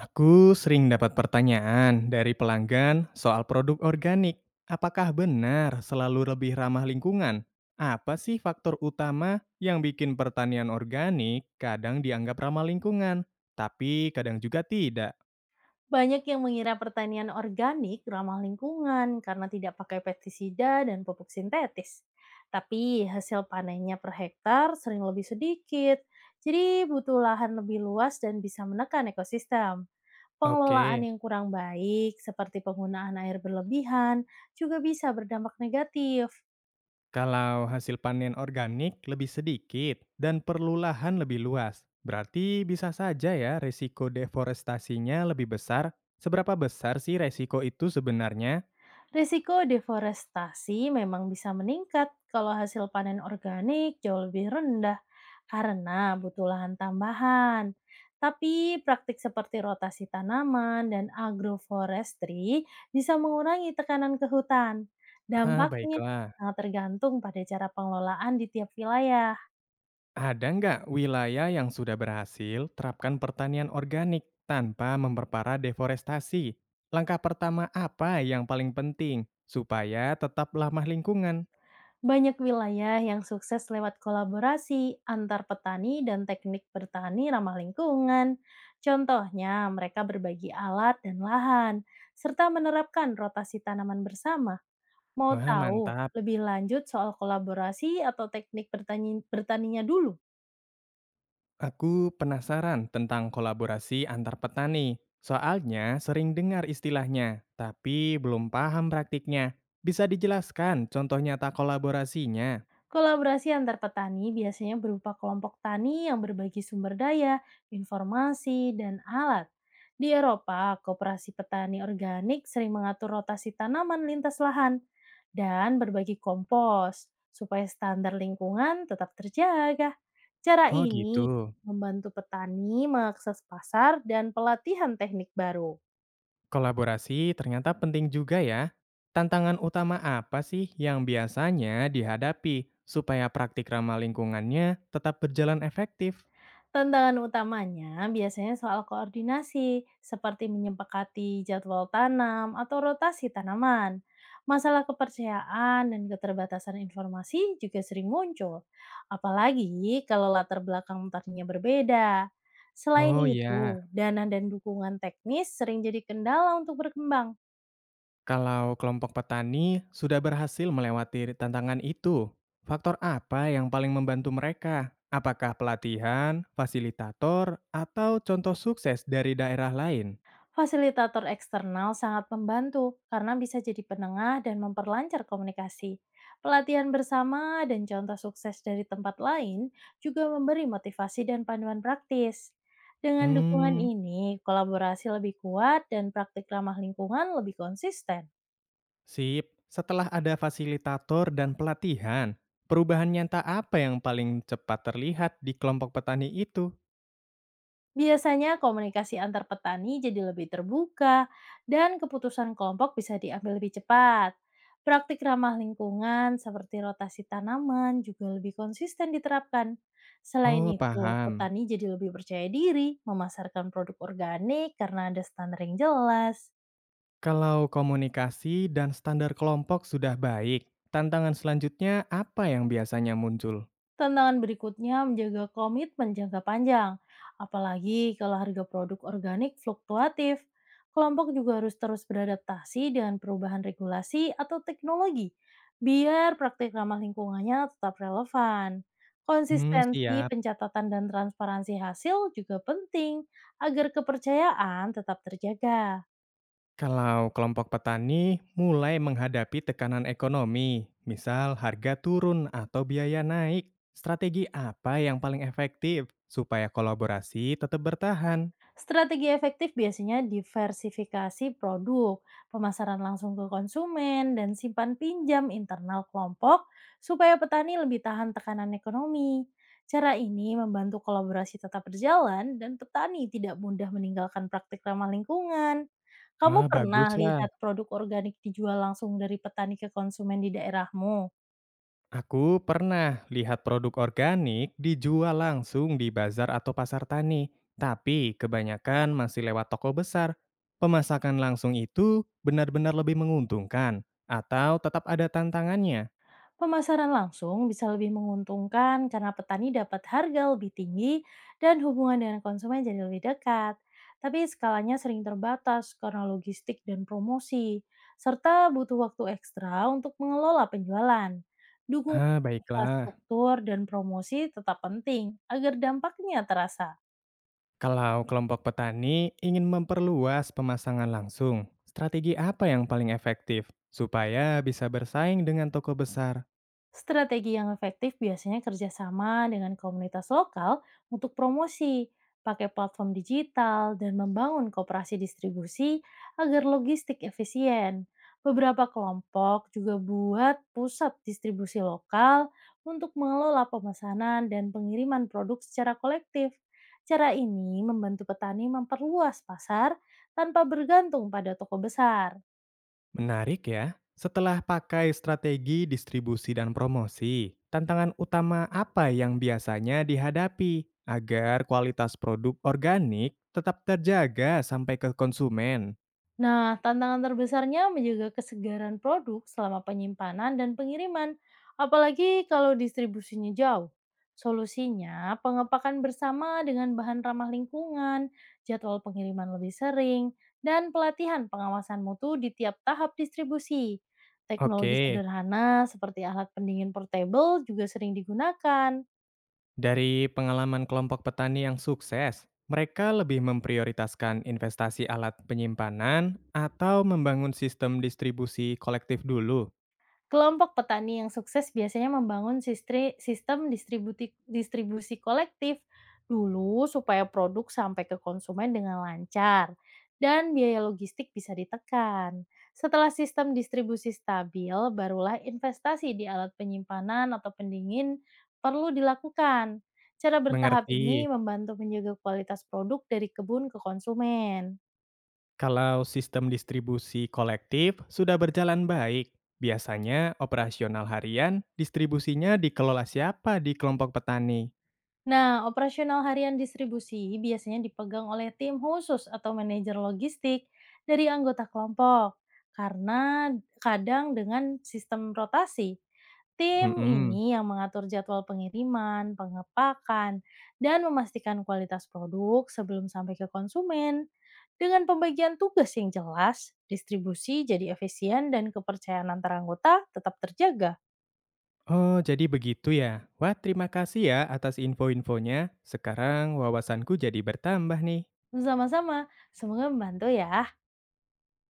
Aku sering dapat pertanyaan dari pelanggan soal produk organik. Apakah benar selalu lebih ramah lingkungan? Apa sih faktor utama yang bikin pertanian organik kadang dianggap ramah lingkungan, tapi kadang juga tidak? Banyak yang mengira pertanian organik ramah lingkungan karena tidak pakai pestisida dan pupuk sintetis. Tapi hasil panennya per hektar sering lebih sedikit, jadi butuh lahan lebih luas dan bisa menekan ekosistem. Oke, Pengelolaan yang kurang baik, seperti penggunaan air berlebihan, juga bisa berdampak negatif. kalau hasil panen organik lebih sedikit dan perlu lahan lebih luas, berarti bisa saja ya resiko deforestasinya lebih besar. Seberapa besar sih resiko itu sebenarnya? Risiko deforestasi memang bisa meningkat kalau hasil panen organik jauh lebih rendah karena butuh lahan tambahan. Tapi praktik seperti rotasi tanaman dan agroforestry bisa mengurangi tekanan ke hutan. Ah, Dampaknya baiklah. sangat tergantung pada cara pengelolaan di tiap wilayah. Ada nggak wilayah yang sudah berhasil terapkan pertanian organik tanpa memperparah deforestasi? Langkah pertama apa yang paling penting supaya tetap ramah lingkungan? Banyak wilayah yang sukses lewat kolaborasi antar petani dan teknik bertani ramah lingkungan. Contohnya, mereka berbagi alat dan lahan, serta menerapkan rotasi tanaman bersama. Mau Wah, tahu mantap. lebih lanjut soal kolaborasi atau teknik bertaninya dulu? Aku penasaran tentang kolaborasi antar petani. Soalnya sering dengar istilahnya, tapi belum paham praktiknya. Bisa dijelaskan contoh nyata kolaborasinya? Kolaborasi antar petani biasanya berupa kelompok tani yang berbagi sumber daya, informasi, dan alat. Di Eropa, koperasi petani organik sering mengatur rotasi tanaman lintas lahan dan berbagi kompos supaya standar lingkungan tetap terjaga. Cara Oh gitu. ini membantu petani mengakses pasar dan pelatihan teknik baru. Kolaborasi ternyata penting juga ya. Tantangan utama apa sih yang biasanya dihadapi supaya praktik ramah lingkungannya tetap berjalan efektif? Tantangan utamanya biasanya soal koordinasi, seperti menyepakati jadwal tanam atau rotasi tanaman. Masalah kepercayaan dan keterbatasan informasi juga sering muncul, apalagi kalau latar belakang tadinya berbeda. Selain Oh ya, itu, dana dan dukungan teknis sering jadi kendala untuk berkembang. kalau kelompok petani sudah berhasil melewati tantangan itu, faktor apa yang paling membantu mereka? Apakah pelatihan, fasilitator, atau contoh sukses dari daerah lain? Fasilitator eksternal sangat membantu karena bisa jadi penengah dan memperlancar komunikasi. Pelatihan bersama dan contoh sukses dari tempat lain juga memberi motivasi dan panduan praktis. Dengan dukungan Hmm, ini, kolaborasi lebih kuat dan praktik ramah lingkungan lebih konsisten. sip, setelah ada fasilitator dan pelatihan, perubahan nyata apa yang paling cepat terlihat di kelompok petani itu? Biasanya komunikasi antar petani jadi lebih terbuka dan keputusan kelompok bisa diambil lebih cepat. Praktik ramah lingkungan seperti rotasi tanaman juga lebih konsisten diterapkan. Selain Oh, itu, paham. petani jadi lebih percaya diri memasarkan produk organik karena ada standar yang jelas. Kalau komunikasi dan standar kelompok sudah baik, tantangan selanjutnya apa yang biasanya muncul? Tantangan berikutnya menjaga komitmen jangka panjang, apalagi kalau harga produk organik fluktuatif. Kelompok juga harus terus beradaptasi dengan perubahan regulasi atau teknologi, biar praktik ramah lingkungannya tetap relevan. Hmm, Konsistensi siap. pencatatan dan transparansi hasil juga penting agar kepercayaan tetap terjaga. Kalau kelompok petani mulai menghadapi tekanan ekonomi, misal harga turun atau biaya naik, strategi apa yang paling efektif supaya kolaborasi tetap bertahan? Strategi efektif biasanya diversifikasi produk, pemasaran langsung ke konsumen, dan simpan pinjam internal kelompok supaya petani lebih tahan tekanan ekonomi. Cara ini membantu kolaborasi tetap berjalan dan petani tidak mudah meninggalkan praktik ramah lingkungan. Kamu Wah, pernah baguslah. lihat produk organik dijual langsung dari petani ke konsumen di daerahmu? Aku pernah lihat produk organik dijual langsung di bazar atau pasar tani, tapi kebanyakan masih lewat toko besar. Pemasakan langsung itu benar-benar lebih menguntungkan atau tetap ada tantangannya? Pemasaran langsung bisa lebih menguntungkan karena petani dapat harga lebih tinggi dan hubungan dengan konsumen jadi lebih dekat. Tapi skalanya sering terbatas karena logistik dan promosi, serta butuh waktu ekstra untuk mengelola penjualan. Dukungan Ah, baiklah. infrastruktur dan promosi tetap penting agar dampaknya terasa. Kalau kelompok petani ingin memperluas pemasangan langsung, strategi apa yang paling efektif supaya bisa bersaing dengan toko besar? Strategi yang efektif biasanya kerjasama dengan komunitas lokal untuk promosi, pakai platform digital, dan membangun kooperasi distribusi agar logistik efisien. Beberapa kelompok juga buat pusat distribusi lokal untuk mengelola pemesanan dan pengiriman produk secara kolektif. Cara ini membantu petani memperluas pasar tanpa bergantung pada toko besar. Menarik ya. Setelah pakai strategi distribusi dan promosi, tantangan utama apa yang biasanya dihadapi agar kualitas produk organik tetap terjaga sampai ke konsumen? Nah, tantangan terbesarnya menjaga kesegaran produk selama penyimpanan dan pengiriman, apalagi kalau distribusinya jauh. Solusinya, pengepakan bersama dengan bahan ramah lingkungan, jadwal pengiriman lebih sering, dan pelatihan pengawasan mutu di tiap tahap distribusi. Oke, Teknologi sederhana seperti alat pendingin portable juga sering digunakan. dari pengalaman kelompok petani yang sukses, mereka lebih memprioritaskan investasi alat penyimpanan atau membangun sistem distribusi kolektif dulu. Kelompok petani yang sukses biasanya membangun sistem distribusi kolektif dulu supaya produk sampai ke konsumen dengan lancar dan biaya logistik bisa ditekan. Setelah sistem distribusi stabil, barulah investasi di alat penyimpanan atau pendingin perlu dilakukan. Cara bertahap ini Mengerti. membantu menjaga kualitas produk dari kebun ke konsumen. Kalau sistem distribusi kolektif sudah berjalan baik, biasanya operasional harian distribusinya dikelola siapa di kelompok petani? Nah, operasional harian distribusi biasanya dipegang oleh tim khusus atau manajer logistik dari anggota kelompok. Karena kadang dengan sistem rotasi, tim Hmm. ini yang mengatur jadwal pengiriman, pengepakan, dan memastikan kualitas produk sebelum sampai ke konsumen. Dengan pembagian tugas yang jelas, distribusi jadi efisien dan kepercayaan antara anggota tetap terjaga. Oh, jadi begitu ya. Wah, terima kasih ya atas info-infonya. Sekarang wawasanku jadi bertambah nih. Sama-sama, semoga membantu ya.